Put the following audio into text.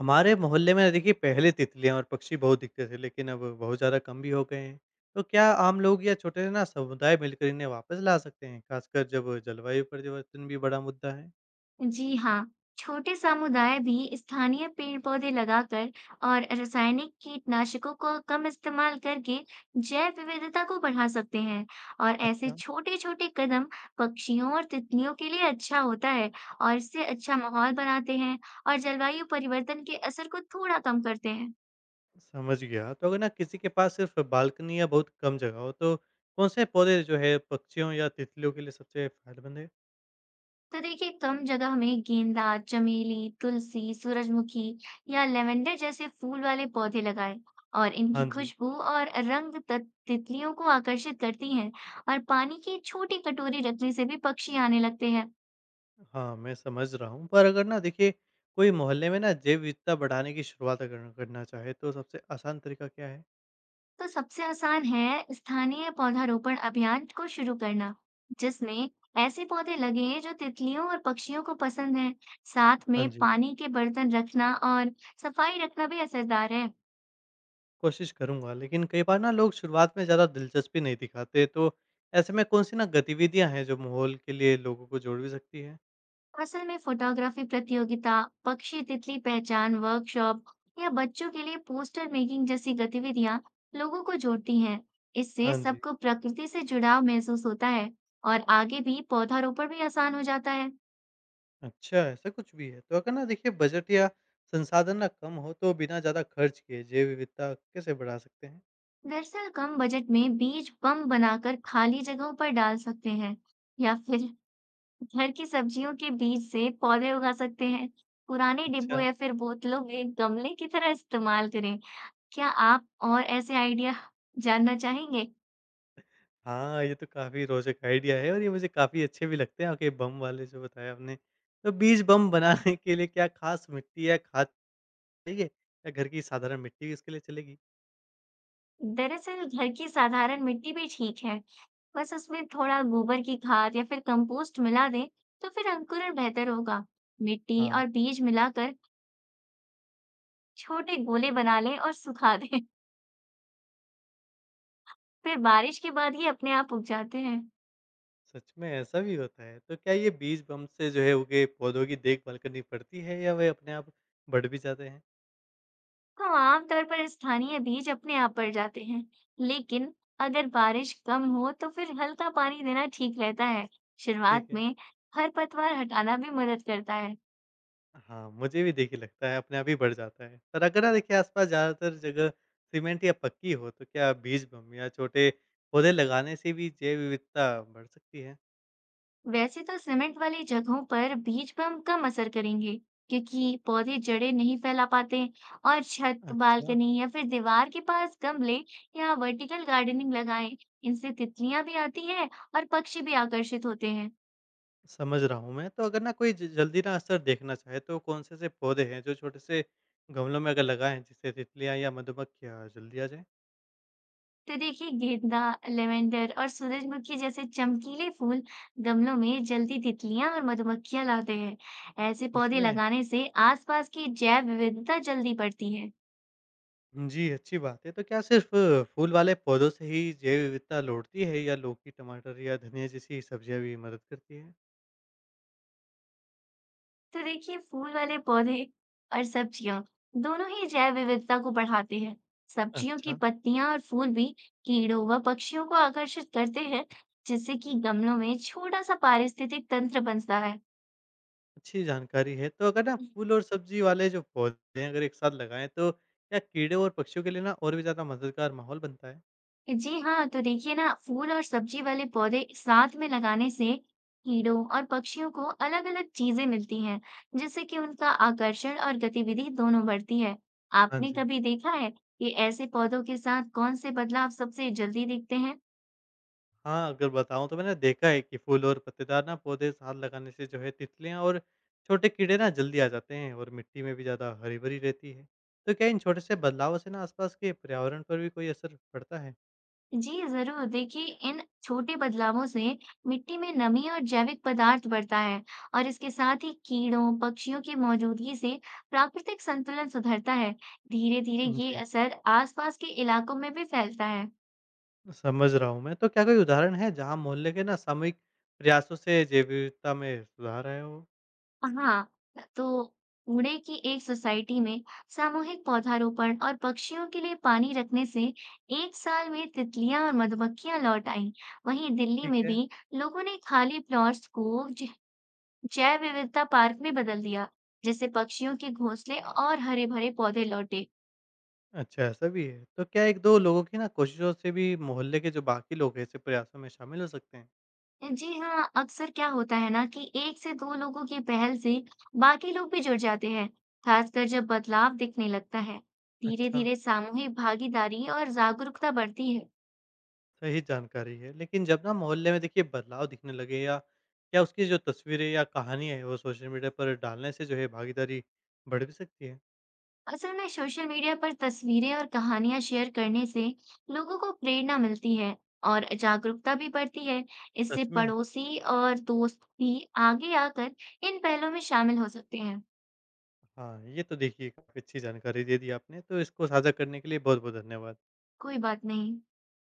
हमारे मोहल्ले में देखिए पहले तितलियां और पक्षी बहुत दिखते थे लेकिन अब बहुत ज़्यादा कम भी हो गए हैं। तो क्या आम लोग या छोटे ना समुदाय मिलकर इन्हें वापस ला सकते हैं, खासकर जब जलवायु परिवर्तन भी बड़ा मुद्दा है? जी हाँ, छोटे समुदाय भी स्थानीय पेड़-पौधे लगाकर और रासायनिक कीटनाशकों का कम इस्तेमाल करके जैव विविधता को बढ़ा सकते हैं। और ऐसे अच्छा, छोटे-छोटे कदम पक्षियों और तितलियों के लिए अच्छा होता है और इससे अच्छा माहौल बनाते हैं और जलवायु परिवर्तन के असर को थोड़ा कम करते हैं। समझ गया। तो अगर ना किसी के पास सिर्फ बालकनी या बहुत कम जगह हो, तो कौन से पौधे जो है पक्षियों या तितलियों के लिए सबसे फायदेमंद है? तो देखिए, कम जगह में गेंदा, चमेली, तुलसी, सूरजमुखी या लेवेंडर जैसे फूल वाले पौधे लगाएं। और हाँ इनकी जी। खुशबू और रंग तितलियों को आकर्षित करती हैं और पानी की छोटी कटोरी रखने से भी पक्षी आने लगते हैं। हाँ, मैं समझ रहा हूँ। पर अगर ना देखिए कोई मोहल्ले में ना जैव विविधता बढ़ाने की शुरुआत अगर करना चाहे, तो सबसे आसान तरीका क्या है? तो सबसे आसान है स्थानीय पौधारोपण अभियान को शुरू करना, जिसमें ऐसे पौधे लगे जो तितलियों और पक्षियों को पसंद हैं। साथ हाँ में जी। पानी के बर्तन रखना और सफाई रखना भी असरदार है। कोशिश करूँगा, लेकिन कई बार ना लोग शुरुआत में ज़्यादा दिलचस्पी नहीं दिखाते, तो ऐसे में कौन-सी ना गतिविधियाँ हैं जो माहौल के लिए लोगों को जोड़ भी सकती है? असल में फोटोग्राफी प्रतियोगिता, पक्षी तितली पहचान वर्कशॉप या बच्चों के लिए पोस्टर मेकिंग जैसी गतिविधियां लोगों को जोड़ती हैं। इससे हाँ जी। सबको प्रकृति से जुड़ाव महसूस होता है और आगे भी पौधारोपण भी आसान हो जाता है। अच्छा, ऐसा कुछ भी है। तो अगर ना देखिए बजट या संसाधन ना कम हो, तो बिना ज़्यादा खर्च किए जैव विविधता कैसे बढ़ा सकते हैं? दरअसल कम बजट में बीज बम बनाकर खाली जगहों पर डाल सकते हैं या फिर घर की सब्जियों के बीज से पौधे उगा सकते हैं। पुराने डिब्बों अच्छा। या फिर बोतलों में गमले की तरह इस्तेमाल करें। क्या आप और ऐसे आइडिया जानना चाहेंगे? हाँ, ये तो काफ़ी रोचक आइडिया है और ये मुझे काफ़ी अच्छे भी लगते हैं, आपके बम वाले जो बताए आपने। तो बीज बम बनाने के लिए क्या खास मिट्टी या खाद चाहिए, या घर की साधारण मिट्टी भी इसके लिए चलेगी? दरअसल घर की साधारण मिट्टी भी ठीक है। बस उसमें थोड़ा गोबर की खाद या फिर कंपोस्ट मिला दें तो फिर अंकुरण बेहतर होगा। मिट्टी हाँ। और बीज मिलाकर छोटे गोले बना लें और सुखा दें। फिर बारिश के बाद ही अपने आप उग जाते हैं। सच में ऐसा भी होता है? तो क्या ये बीज बम से जो है उगे पौधों की देखभाल करनी पड़ती है या वे अपने आप बढ़ भी जाते हैं? तो आमतौर पर स्थानीय बीज अपने आप बढ़ जाते हैं। लेकिन अगर बारिश कम हो तो फिर हल्का पानी देना ठीक रहता है। शुरुआत ठीक है। में खरपतवार हटाना भी मदद करता है। हाँ, मुझे भी देखिए लगता है अपने आप ही बढ़ जाता है। पर अगर ना देखिए आस-पास ज़्यादातर जगह सीमेंट या पक्की हो, तो क्या बीज बम या छोटे पौधे लगाने से भी जैव विविधता बढ़ सकती है? वैसे तो सीमेंट वाली जगहों पर बीज बम कम असर करेंगे क्योंकि पौधे जड़ें नहीं फैला पाते। और छत, अच्छा, बालकनी या फिर दीवार के पास गमले या वर्टिकल गार्डनिंग लगाएं। इनसे तितलियां भी आती हैं और पक्षी भी आकर्षित होते हैं। समझ रहा हूँ मैं। तो अगर ना कोई ज जल्दी ना असर देखना चाहे, तो कौन से ऐसे पौधे हैं जो छोटे से गमलों में अगर लगाएँ जिससे तितलियाँ या मधुमक्खियाँ जल्दी आ जाएँ? तो देखिए, गेंदा, लेवेंडर और सूरजमुखी जैसे चमकीले फूल गमलों में जल्दी तितलियां और मधुमक्खियां लाते हैं। ऐसे सच पौधे में? लगाने से आसपास की जैव विविधता जल्दी बढ़ती है। जी, अच्छी बात है। तो क्या सिर्फ़ फूल वाले पौधों से ही जैव विविधता लौटती है, या लौकी, टमाटर या धनिया जैसी सब्जियाँ भी मदद करती हैं? तो देखिए, फूल वाले पौधे और सब्जियां दोनों ही जैव विविधता को बढ़ाते हैं। सब्जियों की अच्छा, पत्तियां और फूल भी कीड़ों व पक्षियों को आकर्षित करते हैं, जिससे कि गमलों में छोटा सा पारिस्थितिक तंत्र बनता है। अच्छी जानकारी है। तो अगर ना फूल और सब्जी वाले जो पौधे हैं अगर एक साथ लगाएँ, तो क्या कीड़े और पक्षियों के लिए ना और भी ज़्यादा मददगार माहौल बनता है? जी हाँ, तो देखिए ना, फूल और सब्जी वाले पौधे साथ में लगाने से कीड़ों और पक्षियों को अलग अलग चीजें मिलती हैं, जिससे कि उनका आकर्षण और गतिविधि दोनों बढ़ती है। हाँ आपने जी। कभी देखा है कि ऐसे पौधों के साथ कौन से बदलाव सबसे जल्दी दिखते हैं? हाँ, अगर बताऊँ तो मैंने देखा है कि फूल और पत्तेदार ना पौधे साथ लगाने से जो है तितलियाँ और छोटे कीड़े ना जल्दी आ जाते हैं और मिट्टी में भी ज़्यादा हरी-भरी रहती है। तो क्या इन छोटे से बदलावों से ना आसपास के पर्यावरण पर भी कोई असर पड़ता है? जी जरूर, देखिए इन छोटे बदलावों से मिट्टी में नमी और जैविक पदार्थ बढ़ता है। और इसके साथ ही कीड़ों पक्षियों की मौजूदगी से प्राकृतिक संतुलन सुधरता है। धीरे धीरे ये जी, असर आसपास के इलाकों में भी फैलता है। समझ रहा हूँ मैं। तो क्या कोई उदाहरण है जहाँ मोहल्ले के ना सामूहिक प्रयासों से जैव विविधता में सुधार आया हो? हाँ, तो पुणे की एक सोसाइटी में सामूहिक पौधारोपण और पक्षियों के लिए पानी रखने से 1 साल में तितलियां और मधुमक्खियां लौट आईं। वहीं दिल्ली ठीक में है। भी लोगों ने खाली प्लॉट्स को जैव विविधता पार्क में बदल दिया, जिससे पक्षियों के घोंसले और हरे भरे पौधे लौटे। अच्छा, ऐसा भी है। तो क्या 1-2 लोगों की ना कोशिशों से भी मोहल्ले के जो बाकी लोग हैं ऐसे प्रयासों में शामिल हो सकते हैं? जी हाँ, अक्सर क्या होता है ना कि 1 से 2 लोगों की पहल से बाकी लोग भी जुड़ जाते हैं। खासकर जब बदलाव दिखने लगता है, धीरे अच्छा। धीरे सामूहिक भागीदारी और जागरूकता बढ़ती है। सही जानकारी है। लेकिन जब ना मोहल्ले में देखिए बदलाव दिखने लगे, या क्या उसकी जो तस्वीरें या कहानियाँ हैं वो सोशल मीडिया पर डालने से जो है भागीदारी बढ़ भी सकती है? असल में सोशल मीडिया पर तस्वीरें और कहानियां शेयर करने से लोगों को प्रेरणा मिलती है और जागरूकता भी बढ़ती है। इससे सच में? पड़ोसी और दोस्त भी आगे आकर इन पहलों में शामिल हो सकते हैं। हाँ, ये तो देखिए काफ़ी अच्छी जानकारी दे दी आपने। तो इसको साझा करने के लिए बहुत-बहुत धन्यवाद। कोई बात नहीं।